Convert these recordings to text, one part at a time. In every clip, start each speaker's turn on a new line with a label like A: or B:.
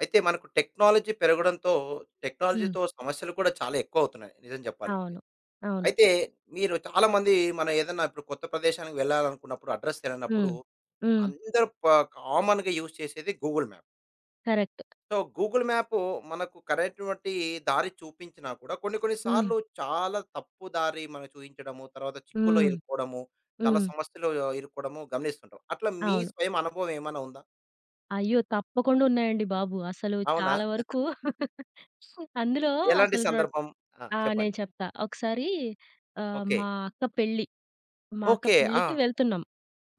A: అయితే మనకు టెక్నాలజీ పెరగడంతో
B: హ్మ్.
A: టెక్నాలజీతో సమస్యలు కూడా చాలా ఎక్కువవుతున్నాయి నిజం చెప్పాలంటే.
B: అవును. అవును.
A: అయితే మీరు చాలామంది మనం ఏదన్నా ఇప్పుడు కొత్త ప్రదేశానికి వెళ్ళాలనుకున్నప్పుడు అడ్రెస్ తెలియనప్పుడు
B: హ్మ్. హ్మ్.
A: అందరూ ప కామన్‌గా యూజ్ చేసేది Google map.
B: Correct.
A: So, Google map మనకు కరెక్ట్‌వంటి దారి చూపించినా కూడా కొన్ని కొన్ని
B: హ్మ్.
A: సార్లు చాలా తప్పు దారి మనకు చూయించడము, తర్వాత చిక్కుల్లో
B: హ్మ్.
A: ఇరుక్కోవడము, చాలా
B: హ్మ్.
A: సమస్యలు ఇరుక్కోవడము గమనిస్తుంటాం. అట్లా మీ
B: అవును.
A: స్వయం అనుభవం ఏమైనా ఉందా?
B: అయ్యో! తప్పకుండా ఉన్నాయండి బాబు. అసలు
A: అవునా?
B: చాలా వరకు అందులో
A: ఎలాంటి
B: అసలు రొ
A: సందర్భం? ఆ!
B: ఆ!
A: చెప్పండి.
B: నేను చెప్తా. ఒకసారి
A: ఓకే.
B: మా అక్క పెళ్లి. మా అక్క
A: ఓకే. ఆ!
B: పెళ్ళికి వెళ్తున్నాం.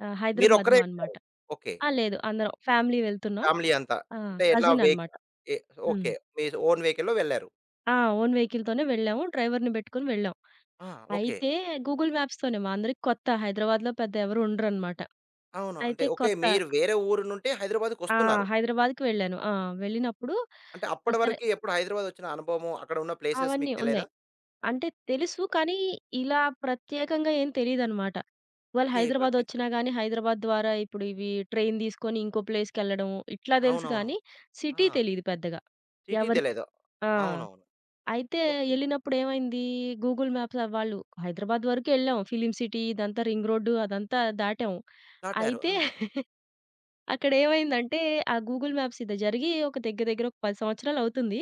A: మీరొక్కరే
B: హైదరాబాద్‌లో
A: ఎళ్లారు.
B: అనమాట.
A: ఓకే.
B: ఆ! లేదు అందరం ఫ్యామిలీ వెళ్తున్నాం.
A: ఫ్యామిలీ అంతా.
B: ఆ!
A: అంటే ఎట్లా
B: కజిన్
A: వెహిక
B: అనమాట.
A: ఎ
B: హ్మ్.
A: ఓకే. మీ ఓన్ వెహికల్‌లో వెళ్లారు.
B: ఆ! ఓన్ వెహికల్‌తోనే వెళ్ళాము. డ్రైవర్‌ని పెట్టుకొని వెళ్ళాం.
A: ఆ! ఓకే.
B: అయితే గూగుల్ మ్యాప్స్‌తోనే మా అందరికి కొత్త హైదరాబాద్‌లో పెద్ద ఎవరు ఉండరనమాట.
A: అవును. అంటే
B: అయితే
A: ఓకే.
B: కొత్త
A: మీరు వేరే ఊరు నుండి
B: ఆ!
A: హైదరాబాద్‌కొస్తున్నారు.
B: హైదరాబాద్‌కి వెళ్ళాను. ఆ! వెళ్ళినప్పుడు
A: అంటే
B: ఆ!
A: అప్పటి
B: సరే
A: వరకి ఎప్పుడు హైదరాబాదొచ్చిన అనుభవము, అక్కడ ఉన్న ప్లేసెస్ మీకు
B: అవన్నీ
A: తెలేదా?
B: ఉన్నాయి. అంటే తెలుసు కానీ, ఇలా ప్రత్యేకంగా ఏం తెలీదనమాట. వాళ్ళు
A: ఓకే.
B: హైదరాబాద్
A: ప్రత్యే
B: వచ్చినా గానీ, హైదరాబాద్ ద్వారా ఇప్పుడు ఇవి ట్రైన్ తీసుకొని ఇంకో ప్లేస్‌కెళ్ళడం ఇట్లా తెలుసు
A: అవునవును.
B: కానీ,
A: ఆ!
B: సిటీ తెలీదు పెద్దగా.
A: సిటీ
B: ఎవరికీ.
A: తెలీదు.
B: ఆ!
A: అవునవును.
B: అయితే
A: ఓకే.
B: ఎళ్ళినప్పుడు ఏమైంది, గూగుల్ మ్యాప్స్ వాళ్ళు హైదరాబాద్ వరకు వెళ్ళాం. ఫిల్మ్ సిటీ ఇదంతా రింగ్ రోడ్డు అదంతా దాటాం.
A: దాటారు.
B: అయితే
A: ఆ!
B: అక్కడేమైందంటే, ఆ గూగుల్ మ్యాప్స్ ఇది జరిగి ఒక దగ్గర దగ్గర ఒక 10 సంవత్సరాలవుతుంది.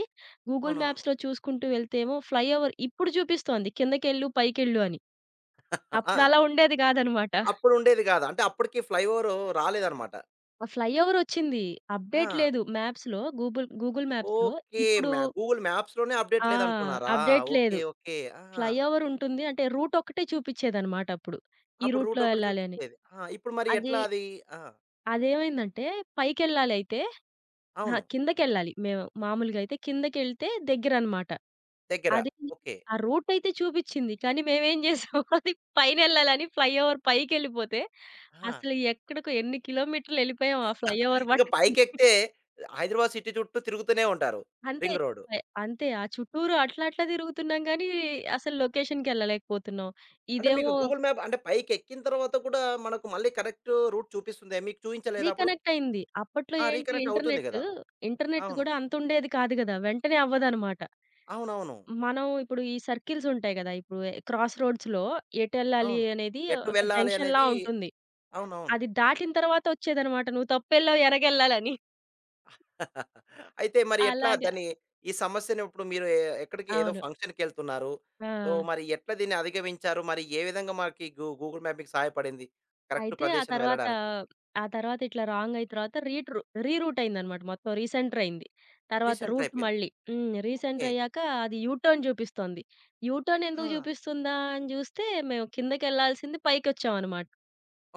B: గూగుల్
A: అవునవును.
B: మ్యాప్స్‌లో చూసుకుంటూ వెళ్తే ఏమో ఫ్లైఓవర్ ఇప్పుడు చూపిస్తోంది కిందకెళ్ళు, పైకెళ్ళు అని.
A: ఆ!
B: అప్పుడలా ఉండేది గాదనమాట.
A: అప్పుడుండేది గాదు. అంటే అప్పటికి ఫ్లైఓవర్ రాలేదన్నమాట.
B: ఆ ఫ్లైఓవర్ వచ్చింది.
A: ఆ!
B: అప్డేట్ లేదు మ్యాప్స్‌లో గూగుల్ గూగుల్ మ్యాప్స్‌లో.
A: ఓకే.
B: ఇప్పుడు
A: మ్యా గూగుల్ మ్యాప్స్‌లోనే అప్‌డేట్
B: ఆ!
A: లేదంటున్నారా?
B: Update
A: okay.
B: లేదు.
A: ఓకే. ఆహా!
B: ఫ్లైఓవర్ ఉంటుంది అంటే రూట్ ఒక్కటే చూపిచ్చేదనమాట అప్పుడు. ఈ
A: అప్పుడు రూట్
B: రూట్‌లో
A: ఒకటి
B: ఎళ్ళాలి అని.
A: చూపిచ్చేది. ఆ! ఇప్పుడు మరి
B: అది
A: ఎట్లా అది? ఆ!
B: అదేమైందంటే పైకెళ్ళాలయితే అహా!
A: అవును.
B: కిందకెళ్ళాలి. మేము మామూలుగా అయితే కిందకెళ్తే దగ్గరనమాట.
A: దగ్గర.
B: అది
A: ఓకే.
B: ఆ రూటయితే చూపిచ్చింది. కానీ మేమేం చేసాం అది పైనెళ్ళాలని ఫ్లైఓవర్ పైకెళ్ళిపోతే
A: ఆహా!
B: అసలు ఎక్కడికో ఎన్ని కిలోమీటర్లెళ్ళిపోయాం ఆ ఫ్లైఓవర్
A: ఇంక
B: పట్టుకొని.
A: పైకెక్కితే హైదరాబాద్ సిటీ చుట్టూ తిరుగుతూనే ఉంటారు.
B: అంతే.
A: Ring road.
B: అంతే. ఆ చుట్టూరు అట్లా అట్లా తిరుగుతున్నాం గానీ అసలు లొకేషన్‌కెళ్ళలేకపోతున్నాం.
A: అంటే మీకు
B: ఇదేమో
A: గూగుల్ మ్యాప్ అంటే పైకెక్కిన తర్వాత కూడా మనకు మళ్ళీ కరెక్ట్ రూట్ చూపిస్తుందా? మీకు చూయించలేదా అప్పుడు?
B: రీకనెక్ట్ అయింది. అప్పట్లో
A: ఆ!
B: ఏంటి
A: రీకనెక్ట్ అవుతుంది
B: ఇంటర్నెట్,
A: గదా!
B: ఇంటర్నెట్
A: అవును.
B: కూడా అంతుండేది కాదు గదా! వెంటనే అవ్వదనమాట.
A: అవునవును.
B: మనం ఇప్పుడు ఈ సర్కిల్స్ ఉంటాయి గదా! ఇప్పుడు క్రాస్ రోడ్స్‌లో ఎటెళ్ళాలి
A: అవును.
B: అనేది
A: ఎటు
B: ఒక
A: వెళ్ళాలి
B: జంక్షన్‌లా
A: అనేది
B: ఉంటుంది.
A: అవునవును.
B: అది దాటిన తర్వాత వచ్చేదనమాట. నువ్వు తప్పెళ్ళావు ఎరగెళ్ళాలని.
A: అయితే మరి ఎట్లా
B: అలాగా.
A: దాన్ని ఈ సమస్యని ఇప్పుడు మీరు ఎ ఎక్కడికి ఏదో
B: అవును.
A: ఫంక్షన్‌కెళ్తున్నారు.
B: ఆ!
A: సో, మరి ఎట్లా దీన్ని అధిగమించారు? మరి ఏ విధంగా మనకి గూ గూగుల్ మ్యాప్ మీకు సహాయపడింది? కరెక్ట్
B: అయితే ఆ
A: ప్రదేశం
B: తర్వాత
A: వెళ్ళడానికి.
B: ఆ తర్వాత ఇట్లా రాంగ్ అయిన తర్వాత రీట్ రూ రీరూట్ అయిందనమాట. మొత్తం రీసెంటర్ అయింది. తర్వాత
A: రీసెంటర్
B: రూట్
A: అయిపోయింది.
B: మళ్ళీ. హ్మ్.
A: ఓకే.
B: రీసెంటర్ అయ్యాక అది యూటర్న్ చూపిస్తోంది. యూటర్న్
A: ఆ!
B: ఎందుకు చూపిస్తుందా అని జూస్తే మేము కిందకెళ్ళాల్సింది పైకొచ్చామనమాట.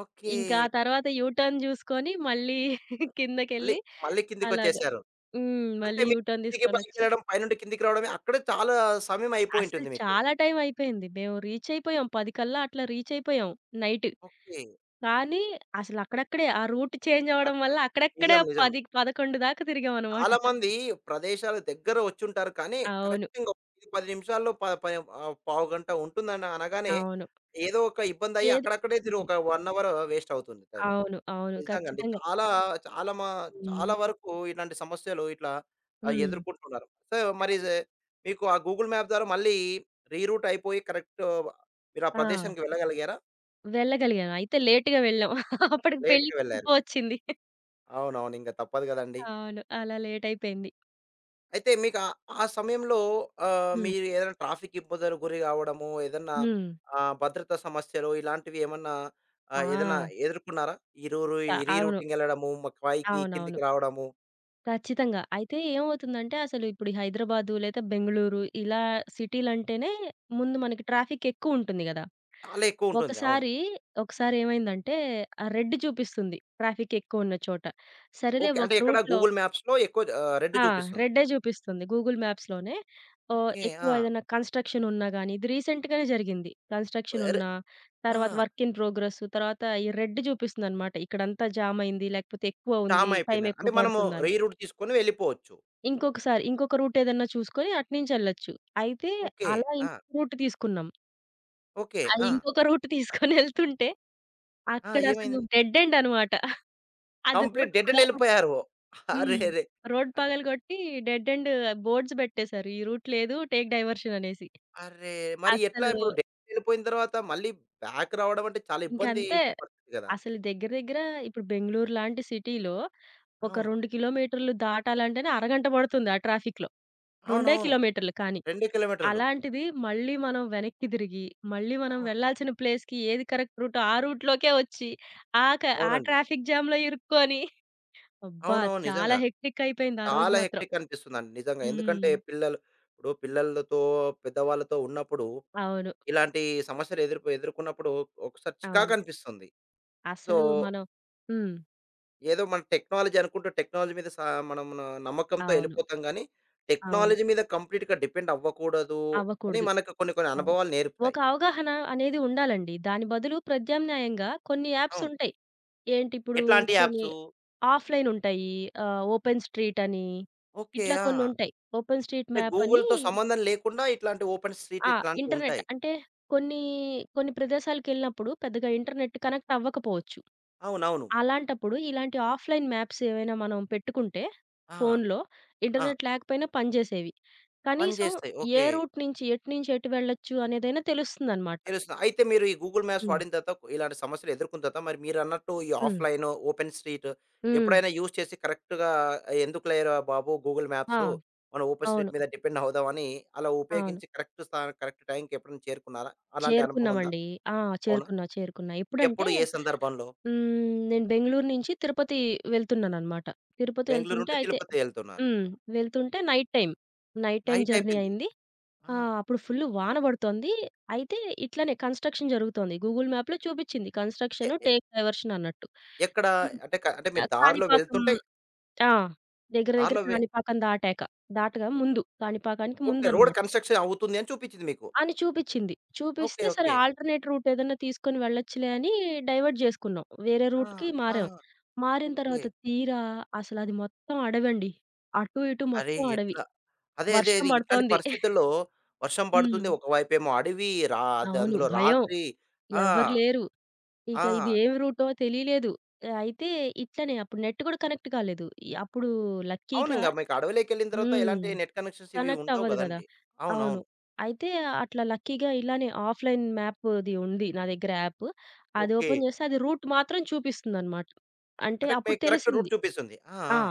A: ఓకే.
B: ఇంకా ఆ తర్వాత యూ టర్న్ జూసుకొని మళ్ళీ
A: మళ్ళీ,
B: కిందకెళ్ళి
A: మళ్ళీ
B: అలాగా.
A: కిందకొచ్చేసారు.
B: హ్మ్.
A: అంటే
B: మళ్ళీ యూ
A: మీకు
B: టర్న్
A: కిందకి
B: తీసుకొనొచ్చి.
A: పైకెళ్ళడం, పైనుండి కిందకి రావడమే అక్కడే చాలా సమయం
B: అసలు
A: అయిపోయుంటుంది మీకు.
B: చాలా టైం అయిపోయింది. మేము రీచ్ అయిపోయాం. 10 కల్లా అట్లా రీచ్ అయిపోయాం నైట్.
A: ఓకే.
B: కానీ అసలు అక్కడక్కడే ఆ రూట్ చేంజ్ అవ్వడం
A: అక్కడే.
B: వల్ల అక్కడక్కడే
A: నిజం. నిజం.
B: 10, 11 దాకా తిరిగామనమాట.
A: చాలా మంది ప్రదేశాలు దగ్గర వచ్చుంటారు. కానీ
B: అవును.
A: కరెక్ట్‌గా 10 నిమిషాల్లో ప ప ఆహ్, పావుగంట ఉంటుందని అనగానే
B: అవును.
A: ఏదో ఒక ఇబ్బందయ్యి
B: ఏదో
A: అక్కడక్కడే తిరు
B: ఉంటుంది.
A: ఒక 1 అవర్ వేస్ట్ అవుతుంది టైం.
B: అవును. అవును.
A: నిజంగండి.
B: ఖచ్చితంగా.
A: చాలా చాలా మా
B: హ్మ్.
A: చాలా వరకు ఇలాంటి సమస్యలు ఇట్లా ఆహ్,
B: హ్మ్.
A: ఎదుర్కొంటున్నారు. సో, మరి
B: అవును.
A: జె మీకు ఆ గూగుల్ మ్యాప్ ద్వారా మళ్ళీ రీరూట్ అయిపోయి కరెక్ట్ మీరు ఆ
B: ఆ!
A: ప్రదేశానికి వెళ్ళగలిగారా?
B: వెళ్ళగలిగాను. అయితే లేట్‌గా వెళ్ళాం. అప్పటికి పెళ్లి
A: లేట్‌గా వెళ్లారు.
B: అయిపోవచ్చింది.
A: అవునవును. ఇంక తప్పదు గదండీ!
B: అవును. అలా లేట్ అయిపోయింది.
A: అయితే మీకు ఆ ఆ సమయంలో ఆహ్,
B: హ్మ్.
A: మీరు ఏదైనా ట్రాఫిక్ ఇబ్బందులు గురి కావడము, ఏదన్నా
B: హ్మ్.
A: ఆహ్, భద్రతా సమస్యలు ఇలాంటివి ఏమన్నా ఆహ్, ఏదైనా
B: ఆ!
A: ఎదుర్కొన్నారా? ఇరూరు
B: త
A: ఈ
B: అవును.
A: రీరూటింగ్ ఎళ్ళడము, మ పైకి
B: అవునవును.
A: కిందికి రావడము
B: ఖచ్చితంగా. అయితే ఏమవుతుందంటే అసలు ఇప్పుడు ఈ హైదరాబాదు లేదా బెంగుళూరు ఇలా సిటీలంటేనే ముందు మనకి ట్రాఫిక్ ఎక్కువుంటుంది గదా!
A: చాలా ఎక్కువుంటుంది. అవును.
B: ఒకసారి, ఒకసారి ఏమైందంటే రెడ్ చూపిస్తుంది ట్రాఫిక్ ఎక్కువున్న చోట. సరేలే
A: ఓకే.
B: ఒక
A: అంటే ఎక్కడ
B: రూట్‌లో
A: గూగుల్ మ్యాప్స్‌లో ఎక్కువ ఆహ్, రెడ్
B: ఆ!
A: చూపిస్తుంది.
B: రెడ్డే జూపిస్తుంది. గూగుల్ మ్యాప్స్‌లోనే
A: ఓకే.
B: ఎక్కువ
A: ఆ!
B: ఏదైనా కన్‌స్ట్రక్షన్ ఉన్నా గాని, ఇది రీసెంట్‌గానే జరిగింది. కన్‌స్ట్రక్షన్
A: ఎర్
B: ఉన్నా,
A: ఆ!
B: తర్వాత వర్క్ ఇన్ ప్రోగ్రెస్, తర్వాత ఈ రెడ్ జూపిస్తుందనమాట. ఇక్కడంతా జామ్ అయింది, లేకపోతే ఎక్కువ
A: జామ్
B: ఉంది, టైం
A: అయిపోయిందని. అంటే
B: ఎక్కువ
A: మనము
B: పడుతుందని.
A: రీరూట్ తీసుకొని వెళ్ళిపోవచ్చు.
B: ఇంకొకసారి ఇంకొక రూట్ ఏదన్నా చూసుకొని అటునుంచెళ్ళొచ్చు. అయితే
A: ఓకే.
B: అలా
A: ఆ!
B: ఇంకొక రూట్ తీసుకున్నాం.
A: ఓకే.
B: ఆ
A: ఆ!
B: ఇంకొక రూట్ తీసుకొని ఎళ్తుంటే
A: ఆ!
B: అక్కడసలు
A: ఏమైంది?
B: డెడ్ ఎండ్ అనమాట. అది
A: కంప్లీట్
B: రోడ్డు
A: డెడ్ ఎండ్
B: పగలగొట్టారు.
A: ఎళ్ళిపోయారు.
B: హ్మ్.
A: అరెరే!
B: రోడ్ పగలగొట్టి డెడ్ ఎండ్ బోర్డ్స్ బెట్టేశారు. ఈ రూట్ లేదు. టేక్ డైవర్షన్ అనేసి.
A: అర్రే! మరి ఎట్లా
B: అస్సలు
A: ఇప్పుడు ఢిల్లీ వెళ్ళిపోయిన తర్వాత మళ్ళీ బ్యాక్ రావడం అంటే చాలా ఇబ్బంది
B: ఇంకంతే.
A: పరిస్థితి కదా!
B: అసలు దగ్గర దగ్గర ఇప్పుడు బెంగుళూరు లాంటి సిటీలో ఒక
A: అవును.
B: 2 కిలోమీటర్లు దాటాలంటేనే అరగంట పడుతుంది ఆ ట్రాఫిక్‌లో. 2
A: అవునవును.
B: కిలోమీటర్లు కానీ.
A: 2 కిలోమీటర్లు.
B: అలాంటిది మళ్ళీ మనం వెనక్కి తిరిగి, మళ్ళీ మనం
A: అవును.
B: వెళ్ళాల్సిన ప్లేస్‌కి ఏది కరెక్ట్ రూటో ఆ రూట్‌లోకే వచ్చి, ఆ క ఆ
A: అవునండి.
B: ట్రాఫిక్ జామ్‌లో ఇరుక్కొని అబ్బా!
A: అవునవును.
B: చాలా
A: నిజంగా.
B: హెక్టిక్ అయిపోయింది ఆ రోజు
A: చాలా
B: మాత్రం.
A: హెక్టిక్ అనిపిస్తుందండి నిజంగా.
B: హ్మ్.
A: ఎందుకంటే పిల్లలు ఇప్పుడు పిల్లలతో, పెద్దవాళ్ళతో ఉన్నప్పుడు
B: అవును.
A: ఇలాంటి సమస్యలు ఎదుర్కొన్నప్పుడు ఒకసారి చికాకు
B: అవును.
A: అనిపిస్తుంది. సో,
B: అసలు మనం హ్మ్.
A: ఏదో మన టెక్నాలజీ అనుకుంటూ టెక్నాలజీ మీద సా మనం నమ్మకంతో
B: అవును.
A: ఎళ్ళిపోతాం గానీ,
B: అవును.
A: టెక్నాలజీ మీద కంప్లీట్‌గా డిపెండ్ అవ్వకూడదు అని
B: అవ్వకూడదు.
A: మనకు కొన్ని కొన్ని
B: అవును.
A: అనుభవాలు నేర్పుతాయి.
B: ఒక అవగాహన అనేది ఉండాలండి. దాని బదులు ప్రత్యామ్నాయంగా కొన్ని యాప్స్
A: అవును.
B: ఉంటాయి. ఏంటిప్పుడు
A: ఎట్లాంటి
B: కొన్ని
A: యాప్సు?
B: ఆఫ్‌లైన్ ఉంటాయి. ఓపెన్ స్ట్రీట్ అని
A: ఓకే.
B: ఇట్లా
A: ఆ!
B: కొన్ని ఉంటాయి. ఓపెన్ స్ట్రీట్
A: అంటే
B: మ్యాప్ అని
A: గూగుల్‌తో సంబంధం లేకుండా ఇట్లాంటి ఓపెన్ స్ట్రీట్
B: ఆ! ఇంటర్నెట్
A: ఇట్లాంటివుంటాయి.
B: అంటే కొన్ని, కొన్ని ప్రదేశాలకెళ్ళినప్పుడు పెద్దగా ఇంటర్నెట్ కనెక్ట్ అవ్వకపోవచ్చు.
A: అవునవును.
B: అలాంటప్పుడు ఇలాంటి ఆఫ్‌లైన్ మ్యాప్స్ ఏవైనా మనం పెట్టుకుంటే
A: ఆ!
B: ఫోన్‌లో
A: ఆ!
B: ఇంటర్నెట్ లేకపోయినా పనిచేసేవి. కనీసం
A: పనిచేస్తాయి.
B: ఏ
A: ఓకే.
B: రూట్ నుంచి ఎటు నుంచి ఎటు వెళ్ళొచ్చు అనేదైనా తెలుస్తుందనమాట.
A: తెలుస్తుంది. అయితే మీరు ఈ గూగుల్ మ్యాప్స్
B: హ్మ్.
A: వాడిన తర్వాత కొ- ఇలాంటి సమస్యలు ఎదుర్కొన్న తర్వాత మరి మీరన్నట్టు ఈ
B: హ్మ్.
A: ఆఫ్‌లైను, ఓపెన్ స్ట్రీట్
B: హ్మ్.
A: ఎప్పుడైనా యూజ్ చేసి కరెక్ట్‌గా ఎందుకు లేరా బాబు గూగుల్
B: ఆ!
A: మ్యాప్సు. మనం ఓపెన్
B: అవును.
A: స్ట్రీట్ మీద డిపెండ్ అవుదాం అని అలా
B: అవును.
A: ఉపయోగించి కరెక్ట్ స్థానం, కరెక్ట్ టైంకి ఎప్పుడైనా చేరుకున్నారా? అలాంటి అనుభవం ఉందా?
B: చేరుకున్నామండి. ఆ!
A: అవునా?
B: చేరుకున్నా. ఎప్పుడంటే
A: ఎప్పుడు? ఏ సందర్భంలో?
B: హ్మ్, నేను బెంగుళూరు నుంచి తిరుపతి వెళ్తున్నాననమాట. తిరుపతి
A: బెంగుళూరు
B: వెళ్తుంటే
A: నుండి
B: అయితే
A: తిరుపతి ఎళ్తున్నారు.
B: హ్మ్. వెళ్తుంటే నైట్ టైమ్
A: నైట్
B: జర్నీ
A: అయిపోయింది.
B: అయింది. ఆ!
A: ఆ!
B: అప్పుడు ఫుల్ వాన పడుతోంది. అయితే ఇట్లనే కన్‌స్ట్రక్షన్ జరుగుతోంది. గూగుల్ మ్యాప్‌లో చూపిచ్చింది.
A: ఎ
B: కన్‌స్ట్రక్షన్
A: ఎ
B: టేక్ డైవర్షన్ అన్నట్టు.
A: ఎక్కడ?
B: హ్మ్.
A: అంటే క అంటే మీరు దారిలో
B: కాణిపాకం
A: వెళ్తుంటే
B: ఆ! దగ్గర దగ్గర
A: దారిలో వె
B: కాణిపాకం దాటాక. దాటగా ముందు. కాణిపాకానికి
A: ఓకే. రోడ్
B: ముందనమాట.
A: కన్‌స్ట్రక్షన్ అవుతుంది అని చూపించింది మీకు.
B: అని చూపిచ్చింది.
A: ఓకే.
B: చూపిస్తే సరే
A: ఓకే.
B: ఆల్టర్‌నేట్ రూట్ ఏదన్నా తీసుకొని వెళ్ళొచ్చులే అని డైవర్ట్ జేసుకున్నాం. వేరే
A: ఆ!
B: రూట్‌కి
A: ఆ!
B: మారాం. మారిన
A: ఓకే.
B: తర్వాత తీరా అసలది మొత్తం అడవండి. అటు ఇటు
A: అరే!
B: మొత్తం అడవి.
A: ఎట్లా? అదే.
B: వర్షం
A: అది ఇట్లాంటి
B: పడుతోంది.
A: పరిస్థితుల్లో వర్షం
B: హ్మ్.
A: పడుతుంది. ఒకవైపేమో అడవి రా అది
B: అవును.
A: అందులో
B: భయం.
A: రాత్రి ఆ!
B: ఎవ్వరు లేరు. ఇక ఇది
A: ఆ!
B: ఏం రూటో తెలియలేదు. అయితే ఇట్లనే అప్పుడు నెట్ కూడా కనెక్ట్ కాలేదు. ఈ అప్పుడు
A: అవును.
B: లక్కీగా
A: ఇంగ మీకు అడవిలోకెళ్ళిన తర్వాత
B: హ్మ్.
A: ఎలాంటి నెట్ కనెక్షన్స్ ఇవి
B: కనెక్ట్
A: ఉండవు
B: అవ్వదు గదా!
A: గదండీ!
B: అవును.
A: అవునవును.
B: అయితే అట్లా లక్కీగా ఇలానే ఆఫ్‌లైన్ మ్యాప్‌ది ఉంది నా దగ్గర యాప్. అది
A: ఓకే.
B: ఓపెన్ చేస్తే అది రూట్ మాత్రం చూపిస్తుందనమాట. అంటే
A: అంటే
B: అప్పుడు
A: మీకు కరెక్ట్ రూట్
B: తెలిసింది.
A: చూపిస్తుంది. ఆ!
B: ఆ!
A: ఆ!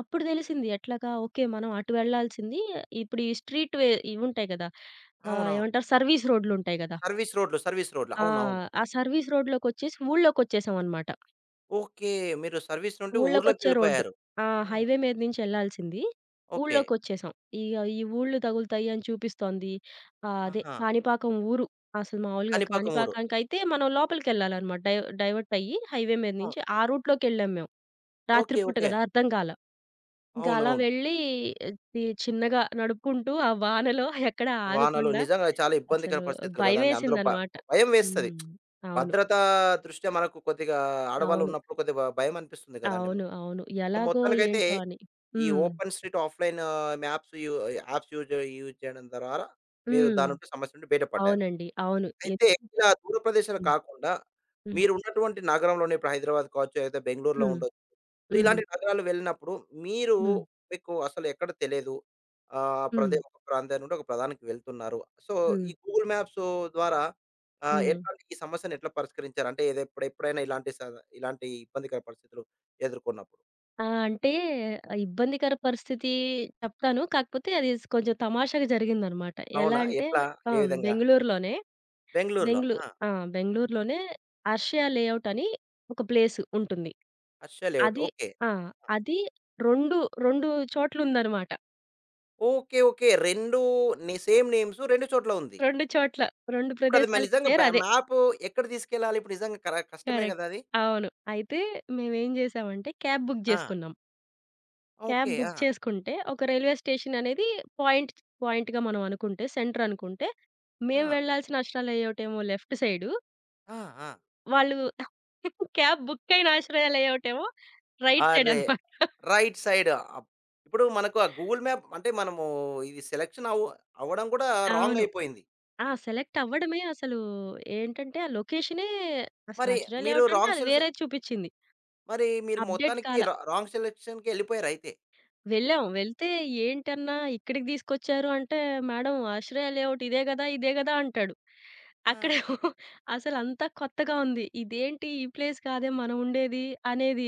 B: అప్పుడు తెలిసింది ఎట్లాగా ఓకే. మనం అటు వెళ్ళాల్సింది ఇప్పుడు ఈ స్ట్రీట్ వే ఇవుంటాయి గదా!
A: అవునవును.
B: ఏమంటారు సర్వీస్ రోడ్‌లుంటాయి గదా!
A: సర్వీస్ రోడ్లు.
B: ఆ!
A: అవునవును.
B: ఆ సర్వీస్ రోడ్‌లోకొచ్చేసి ఊళ్ళోకొచ్చేసామనమాట.
A: ఓకే. మీరు సర్వీస్ నుండి
B: ఊళ్ళోకొచ్చే రోడ్డు.
A: ఊర్లోకెళ్ళిపోయారు.
B: ఆ!
A: ఆ!
B: హైవే మీద నుంచి ఎళ్ళాల్సింది.
A: ఓకే.
B: ఊళ్ళోకొచ్చేసాం. ఇగ ఈ ఊళ్ళు తగులుతాయి అని చూపిస్తోంది. అదే
A: ఆహా!
B: కాణిపాకం ఊరు. అసలు మామూలుగా
A: కాణిపాకం ఊరు.
B: కాణిపాకానికైతే మనం లోపలికెళ్ళాలనమాట. డైవర్ట్ అయ్యి హైవే మీద
A: అవును.
B: నుంచి ఆ రూట్‌లోకెళ్ళాం మేము.
A: ఓకే.
B: రాత్రిపూట
A: ఓకే.
B: కదా! అర్థం కాల. ఇంక అలా
A: అవునవును.
B: వెళ్ళి చిన్నగా నడుపుకుంటూ ఆ వానలో ఎక్కడ
A: వానలు
B: ఆగకుండా
A: నిజంగా చాలా ఇబ్బందికర
B: అసలు
A: పరిస్థితులు గదండీ! అందులో భ
B: భయమేసిందనమాట.
A: భయం వేస్తది.
B: హ్మ్. అవును.
A: భద్రతా దృష్ట్యా మనకు కొద్దిగా ఆడవాళ్ళు
B: అవును.
A: ఉన్నప్పుడు కొద్దిగా భ భయమనిపిస్తుంది గదండీ!
B: అవును. అవును.
A: సో,
B: ఎలాగో
A: మొత్తానికైతే
B: ఏంటో అని.
A: ఈ
B: హ్మ్.
A: ఓపెన్ స్ట్రీట్ ఆఫ్‌లైన్ మ్యాప్స్ యూ యాప్స్ యూజ్ యూజ్ చేయడం ద్వారా మీరు
B: హ్మ్.
A: దాని నుండి సమస్య నుండి బయటపడ్డారు.
B: అవునండి. అవును.
A: అయితే
B: ఎందుకంటే
A: ఇలా దూర ప్రదేశాలు
B: హ్మ్.
A: కాకుండా
B: హ్మ్.
A: మీరున్నటువంటి నగరంలోనే ఇప్పుడు హైదరాబాద్ కావచ్చు, లేకపోతే బెంగుళూరులో
B: హ్మ్.
A: ఉండొచ్చు సో,
B: హ్మ్.
A: ఇలాంటి నగరాలు వెళ్ళినప్పుడు మీరు
B: హ్మ్.
A: మీకు అసలు ఎక్కడ తెలియదు. ఆహ్,
B: హ్మ్.
A: ప్రదే ఒక ప్రాంతం నుండి ఒక ప్రాంతానికి వెళ్తున్నారు. సో,
B: హ్మ్.
A: ఈ గూగుల్ మ్యాప్స్ ద్వారా ఆహ్,
B: హ్మ్.
A: ఎట్లాంటి ఈ సమస్యను ఎట్లా పరిష్కరించారు? అంటే ఏదో ఎప్పుడు ఎప్పుడైనా ఇలాంటి స ఇలాంటి ఇబ్బందికర పరిస్థితులు ఎదుర్కొన్నప్పుడు.
B: ఆ! అంటే ఇబ్బందికర పరిస్థితి చెప్తాను. కాకపోతే అది కొంచెం తమాషాగా జరిగిందనమాట. ఎలా
A: అవునా?
B: అంటే
A: ఎట్లా?
B: ఆ!
A: ఏ విధంగా?
B: బెంగుళూరులోనే
A: బెంగుళూరులో.
B: బెంగుళూ
A: ఆ!
B: ఆ! బెంగుళూరులోనే 'హర్షియా లేఅవుట్' అని ఒక ప్లేస్ ఉంటుంది.
A: హర్ష లేఅవుట్.
B: అది
A: ఓకే.
B: ఆ! అది 2, 2 చోట్లుందనమాట.
A: ఓకే. ఓకే. 2 నే సేమ్ నేమ్స్ 2 చోట్ల ఉంది.
B: 2 చోట్ల 2
A: ఇప్పుడు అది మ
B: ప్రదేశాలకి
A: నిజంగా బ
B: పేరదే.
A: మ్యాప్ ఎక్కడ తీసుకెళ్ళాలి? ఇప్పుడు నిజంగా కర కష్టమే
B: కరెక్ట్.
A: గదా! అది.
B: అవును. అయితే మేమేం జేసామంటే క్యాబ్ బుక్
A: ఆ!
B: జేసుకున్నాం. Cab
A: okay. ఆ!
B: బుక్ చేసుకుంటే, ఒక రైల్వే స్టేషన్ అనేది పాయింట్ పాయింట్‌గా మనం అనుకుంటే, సెంటర్ అనుకుంటే, మేము
A: ఆ!
B: వెళ్ళాల్సిన ఆశ్రయాలయ్యేవటేమో లెఫ్ట్ సైడు.
A: ఆ! ఆ!
B: వాళ్ళు క్యాబ్ బుక్ అయిన ఆశ్రయాలయ్యేవటేమో రైట్ సైడ్
A: అరే!
B: అనమాట.
A: Right side. అప్ ఇప్పుడు మనకు ఆ గూగుల్ మ్యాప్ అంటే మనము ఇది సెలక్షన్ అవ్వ అవ్వడం కూడా రాంగ్
B: అవును.
A: అయిపోయింది.
B: ఆ! సెలెక్ట్ అవ్వడమే అసలు ఏంటంటే, ఆ లొకేషనే అసలు
A: మరి మీరు
B: ఆశ్రయాలేవటంటే,
A: రాంగ్
B: అది
A: సెల్స్
B: వేరేది చూపిచ్చింది.
A: మరి మీరు
B: అప్‌డేట్
A: మొత్తానికి
B: కాల.
A: రా రాంగ్ సెలక్షన్‌కెళ్ళిపోయారైతే.
B: వెళ్ళాం. వెళ్తే ఏంటన్నా ఇక్కడికి తీసుకొచ్చారు అంటే, "మేడం ఆశ్రయ లేఅవుట్ ఇదే గదా! ఇదే గదా!" అంటాడు.
A: ఆ!
B: అక్కడేమో అసలంతా కొత్తగా ఉంది. ఇదేంటి ఈ ప్లేస్ కాదే మనం ఉండేది అనేది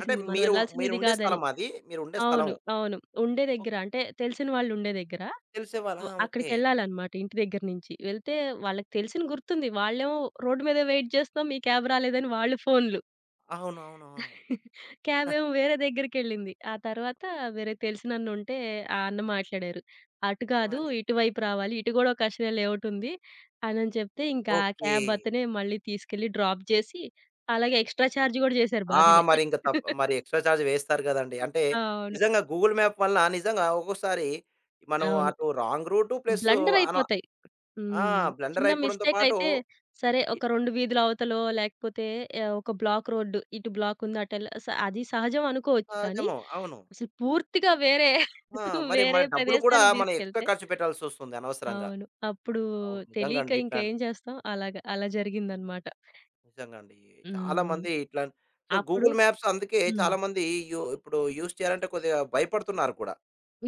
A: అంటే
B: మనం
A: మీరు
B: వెళ్ళాల్సింది ఇది
A: మీరుండే
B: కాదని.
A: స్థలం అది. మీరుండే స్థలం.
B: అవును. అవును. ఉండే
A: ఓహ్!
B: దగ్గర అంటే తెలిసిన వాళ్ళుండే దగ్గర
A: తెలిసేవాళ్ళ. ఆ! ఓకే.
B: అక్కడికెళ్ళాలన్నమాట ఇంటి దగ్గర నుంచి. వెళ్తే వాళ్ళకి తెలిసిన గుర్తుంది. వాళ్ళేమో రోడ్డు మీద వెయిట్ చేస్తున్నాం. మీ క్యాబ్ రాలేదని వాళ్ళు ఫోన్లు.
A: అవును.
B: క్యాబేమో వేరే దగ్గరికెళ్ళింది. ఆ తర్వాత వేరే తెలిసినన్నుంటే ఆ అన్న మాట్లాడారు. "అటు కాదు,
A: అని.
B: ఇటువైపు రావాలి. ఇటు కూడా ఒక అక్షర లేఅవుట్ ఉంది" అనని చెప్తే, ఇంకా ఆ
A: ఓకే.
B: క్యాబ్ అతనే మళ్ళీ తీసుకెళ్ళి డ్రాప్ చేసి, అలాగే ఎక్స్‌ట్రా చార్జ్ కూడా చేశారు
A: ఆ!
B: బాగానే.
A: మరి ఇంక తప్ మరి ఎక్స్‌ట్రా చార్జ్ వేస్తారు గదండీ. అంటే
B: అవును.
A: నిజంగా గూగుల్ మ్యాప్ వల్ల నిజంగా ఒక్కోసారి మనం
B: అవును.
A: అటు రాంగ్ రూటు ప్లస్
B: బ్లండర్
A: అన
B: అయిపోతాయి.
A: ఆ!
B: హ్మ్.
A: బ్లెండర్
B: చిన్న
A: అయిపోవడంతో
B: మిస్టేక్
A: పాటు
B: అయితే సరే
A: ఇ
B: ఒక 2 వీధుల అవతలో లేకపోతే ఒక బ్లాక్ రోడ్డు ఇటు బ్లాక్ ఉంది అటెల్ స అది సహజం అనుకోవచ్చు. కానీ
A: సహజము. అవును.
B: అసలు పూర్తిగా వేరే
A: ఆ! మరి మన
B: వేరే
A: డబ్బులు కూడా
B: ప్రదేశానికి
A: మనం ఎక్స్‌ట్రా
B: తీసుకెళ్తే
A: ఖర్చు పెట్టాల్సొస్తుంది అనవసరంగా.
B: అవును. అప్పుడు
A: అవును. నిజంగా
B: తెలీక
A: అండి.
B: ఇంక
A: ఇట్లాన్
B: ఏం చేస్తాం అలాగా అలా జరిగిందనమాట.
A: నిజంగా అండి. చాలా
B: హ్మ్.
A: మంది ఇట్లా సో,
B: అప్పుడు
A: గూగుల్ మ్యాప్స్ అందుకే
B: హ్మ్.
A: చాలా మంది యు ఇప్పుడు యూజ్ చేయాలంటే కొద్దిగా భయపడుతున్నారు కూడా.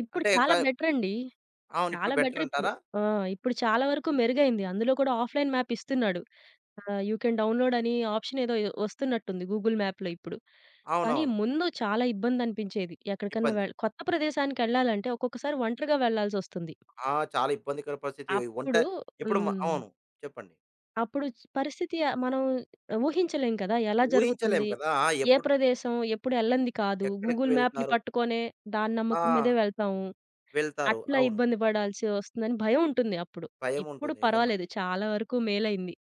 B: ఇప్పుడు
A: అంటే క
B: చాలా బెటరండి.
A: అవును. ఇప్పుడు
B: చాలా
A: బెటర్
B: బెటర్ ఇప్పుడు.
A: అంటారా?
B: ఆ! ఇప్పుడు చాలా వరకు మెరుగైంది. అందులో కూడా ఆఫ్‌లైన్ మ్యాప్ ఇస్తున్నాడు. యూ కెన్ డౌన్‌లోడ్ అని ఆప్షన్ ఏదో వస్తున్నట్టుంది గూగుల్ మ్యాప్‌లో ఇప్పుడు. కానీ
A: అవునవును.
B: ముందు చాలా ఇబ్బందనిపించేది. ఎక్కడికన్నా
A: ఇబ్బంది.
B: కొత్త ప్రదేశానికెళ్ళాలంటే ఒక్కొక్కసారి ఒంటరిగా వెళ్ళాల్సొస్తుంది.
A: ఆ! చాలా ఇబ్బందికర పరిస్థితి. ఒంట
B: అప్పుడు
A: ఇప్పుడు మ
B: హ్మ్.
A: అవును. చెప్పండి.
B: అప్పుడు పరిస్థితి మనం ఊహించలేం కదా! ఎలా
A: ఊహించలేము
B: జరుగుతుంది?
A: కదా! ఆ,
B: ఏ
A: ఎప్పుడు
B: ప్రదేశం ఎప్పుడు ఎళ్ళంది కాదు.
A: ఎక్కడికి
B: గూగుల్ మ్యాప్‌ని
A: వెళ్తారు?
B: పట్టుకొనే దాని
A: ఆ!
B: నమ్మకం మీదే వెళ్తాము.
A: వెళ్తారు.
B: అట్లా
A: అవును.
B: ఇబ్బంది పడాల్సి వస్తుందని భయం ఉంటుంది అప్పుడు. ఇప్పుడు
A: భయముంటుంది. నిజమండి.
B: పర్వాలేదు చాలా వరకు మేలైంది.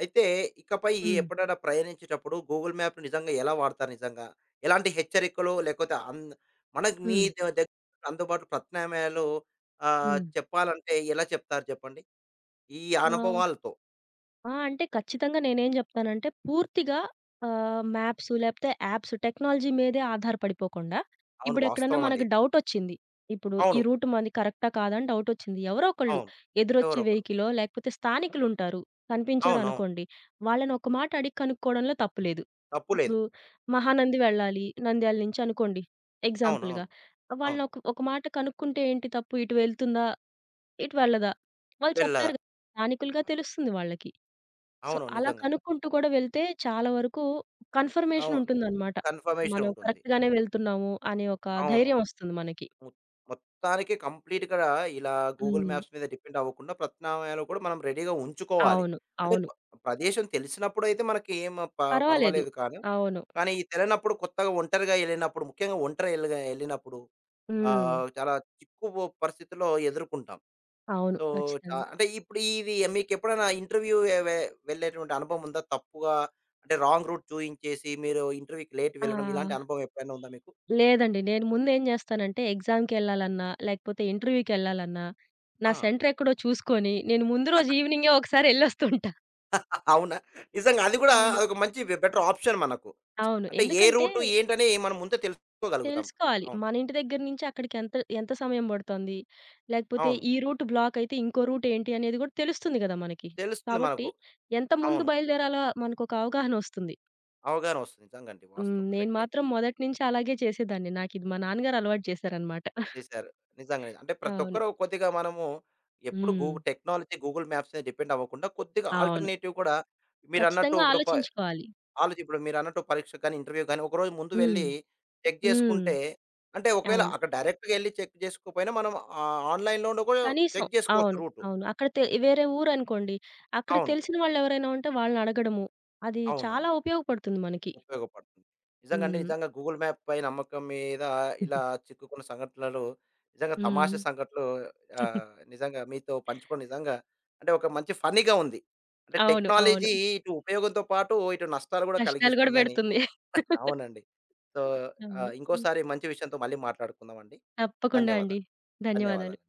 A: అయితే ఇకపై
B: హ్మ్.
A: ఎప్పుడైనా ప్రయాణించేటప్పుడు గూగుల్ మ్యాప్ నిజంగా ఎలా వాడతారు నిజంగా? ఎలాంటి హెచ్చరికలు లేకపోతే అన్ మనకు మీ
B: హ్మ్.
A: ద దగ్గర అందుబాటులో ప్రత్యామ్నాయాలు ఆహ్,
B: హ్మ్.
A: చెప్పాలంటే ఎలా చెప్తారు చెప్పండి? ఈ
B: ఆ!
A: అనుభవాలతో.
B: ఆ! అంటే ఖచ్చితంగా నేనేం జెప్తానంటే పూర్తిగా మ్యాప్స్ లేపోతే యాప్స్ టెక్నాలజీ మీదే ఆధారపడిపోకుండా,
A: అవును.
B: ఇప్పుడెక్కడన్నా
A: వాస్తవం అండి.
B: మనకు డౌటొచ్చింది. ఇప్పుడు ఈ
A: అవును.
B: రూట్ మనది కరెక్టా కాదా అని డౌటొచ్చింది. ఎవరో ఒకళ్ళు
A: అవును.
B: ఎదురొచ్చే
A: ఎవరో ఒకరు.
B: వెహికలో లేకపోతే స్థానికులుంటారు.
A: అవునవును.
B: కనిపించారనుకోండి. వాళ్ళని ఒక మాట అడిగి కనుక్కోవడంలో తప్పు లేదు.
A: తప్పు లేదు.
B: ఇప్పుడు మహానంది వెళ్ళాలి. నంద్యాల నుంచి అనుకోండి ఎగ్జాంపుల్‌గా.
A: అవునవును. అవును. అవును
B: వాళ్ళని ఒక ఒక మాట కనుక్కుంటే ఏంటి తప్పు? ఇటు వెళ్తుందా? ఇటు వెళ్ళదా? వాళ్ళు
A: వెళ్ళదా?
B: చెప్తారు గదా! స్థానికులుగా తెలుస్తుంది వాళ్ళకి. సో,
A: అవును.
B: అలా
A: నిజంగా.
B: కనుక్కుంటూ కూడా వెళ్తే చాలా వరకు కన్ఫర్మేషన్
A: అవును.
B: ఉంటుందనమాట.
A: కన్ఫర్మేషన్
B: మనం
A: ఉంటుంది.
B: కరెక్ట్‌గానే వెళ్తున్నాము అనే ఒక
A: అవును.
B: ధైర్యం వస్తుంది మనకి.
A: మొ మొత్తానికి కంప్లీట్‌గా ఇలా గూగుల్
B: హ్మ్.
A: మ్యాప్స్ మీద డిపెండ్ అవ్వకుండా ప్రత్యామ్నాయాలు కూడా మనం రెడీగా ఉంచుకోవాలి.
B: అవును.
A: అంటే
B: అవును.
A: కొ ప్రదేశం తెలిసినప్పుడైతే మనకి ఏం ప
B: పర్వాలేదు.
A: పర్వాలేదు కానీ,
B: అవును.
A: కానీ ఈ తెలియనప్పుడు కొత్తగా ఒంటరిగా ఎళ్ళినప్పుడు ముఖ్యంగా ఒంటరిగా ఎళ్ళినప్పుడు
B: హ్మ్.
A: ఆహ్, చాలా చిక్కు పరిస్థితుల్లో ఎదుర్కొంటాం.
B: అవును.
A: సో, చ
B: ఖచ్చితంగా.
A: అంటే ఇప్పుడు ఇది మీకెప్పుడైనా ఇంటర్వ్యూ వె వె వెళ్ళేటువంటి అనుభవం ఉందా? తప్పుగా అంటే రాంగ్ రూట్ చూయించేసి మీరు ఇంటర్వ్యూకి లేట్
B: ఆ!
A: వెళ్ళడం ఇలాంటి అనుభవం ఎప్పుడైనా ఉందా మీకు?
B: లేదండి. నేను ముందేం జేస్తానంటే ఎగ్జామ్‌కెళ్ళాలన్నా, లేకపోతే ఇంటర్వ్యూకెళ్ళాలన్నా,
A: ఆ!
B: నా సెంటర్ ఎక్కడో చూసుకొని నేను ముందు రోజు ఈవినింగే ఒకసారి ఎళ్ళొస్తుంటా.
A: అవునా? నిజంగా అది కూడా
B: అవును.
A: అదొక మంచి బె బెటర్ ఆప్షన్ మనకు.
B: అవును.
A: అంటే ఏ
B: ఎందుకంటే
A: రూటు ఏంటని మనం ముందే తెలుసుకోగలుగుతాం.
B: తెలుసుకోవాలి.
A: అవును.
B: మన ఇంటి దగ్గర నుంచి అక్కడికి ఎంత ఎంత సమయం పడుతోంది? లేకపోతే
A: అవును.
B: ఈ రూట్ బ్లాక్ అయితే ఇంకో రూట్ ఏంటి అనేది గూడా తెలుస్తుంది గదా మనకి.
A: తెలుస్తుంది
B: కాబట్టి
A: మనకు.
B: ఎంత ముందు
A: అవును.
B: బయలుదేరాలో మనకొక అవగాహన వస్తుంది.
A: అవగాహన వస్తుంది. నిజంగండి.
B: హ్మ్.
A: వాస్తవం
B: నేను
A: కరెక్టే.
B: మాత్రం మొదటి నుంచి అలాగే చేసేదాన్ని. నాకిది మా నాన్నగారు అలవాటు చేశారనమాట.
A: చేశారు. నిజంగానే. అంటే ప్రతి
B: అవును.
A: ఒక్కరు కొద్దిగా మనము ఎప్పుడు గూ
B: హ్మ్.
A: టెక్నాలజీ గూగుల్ మ్యాప్స్ మీద డిపెండ్ అవ్వకుండా కొద్దిగా
B: అవును.
A: ఆల్టర్‌నేటివ్ కూడా మీరన్నట్టు
B: ఖచ్చితంగా
A: ఇప్పుడు ప
B: ఆలోచించుకోవాలి.
A: ఆలోచి ఇప్పుడు మీరన్నట్టు పరీక్షకు గాని, ఇంటర్వ్యూ గాని ఒకరోజు ముందు
B: హ్మ్.
A: వెళ్లి చెక్
B: హ్మ్.
A: చేసుకుంటే అంటే ఒకవేళ
B: అవును.
A: అక్కడ డైరెక్ట్‌గా ఎళ్లి చెక్ చేసుకోకపోయినా మనం ఆహ్, ఆన్‌లైన్‌లోనూ కూడా
B: కనీసం
A: చెక్ చేసుకోవచ్చు
B: అవును.
A: రూటు.
B: అవును. అక్కడ తె వేరే ఊరనుకోండి. అక్కడ
A: అవును.
B: తెలిసిన వాళ్ళెవరైనా ఉంటే వాళ్ళనడగడము. అది చాలా
A: అవునండి.
B: ఉపయోగపడుతుంది మనకి.
A: ఉపయోగపడుతుంది. నిజంగా అండి.
B: హ్మ్.
A: నిజంగా గూగుల్ మ్యాప్ పై నమ్మకం మీద ఇలా చిక్కుకున్న సంఘటనలు నిజంగా
B: హ్మ్.
A: తమాషా సంఘటనలు ఆహ్, నిజంగా మీతో పంచుకోవడం నిజంగా అంటే ఒక మంచి ఫన్నీగా ఉంది. అంటే
B: అవును. అవును.
A: టెక్నాలజీ ఇటు ఉపయోగంతో పాటు ఇటు నష్టాలు కూడా
B: కష్టాలు గూడా
A: కలిగిస్తుందని
B: పెడుతుంది.
A: అవునండి. సో, ఆహ్,
B: అవును. హ్మ్.
A: ఇంకోసారి మంచి విషయంతో మళ్ళీ మాట్లాడుకుందామండి.
B: తప్పకుండా అండి.
A: ధన్యవాదాలు.
B: ధన్యవాదాలు.
A: ధన్యవాదాలు.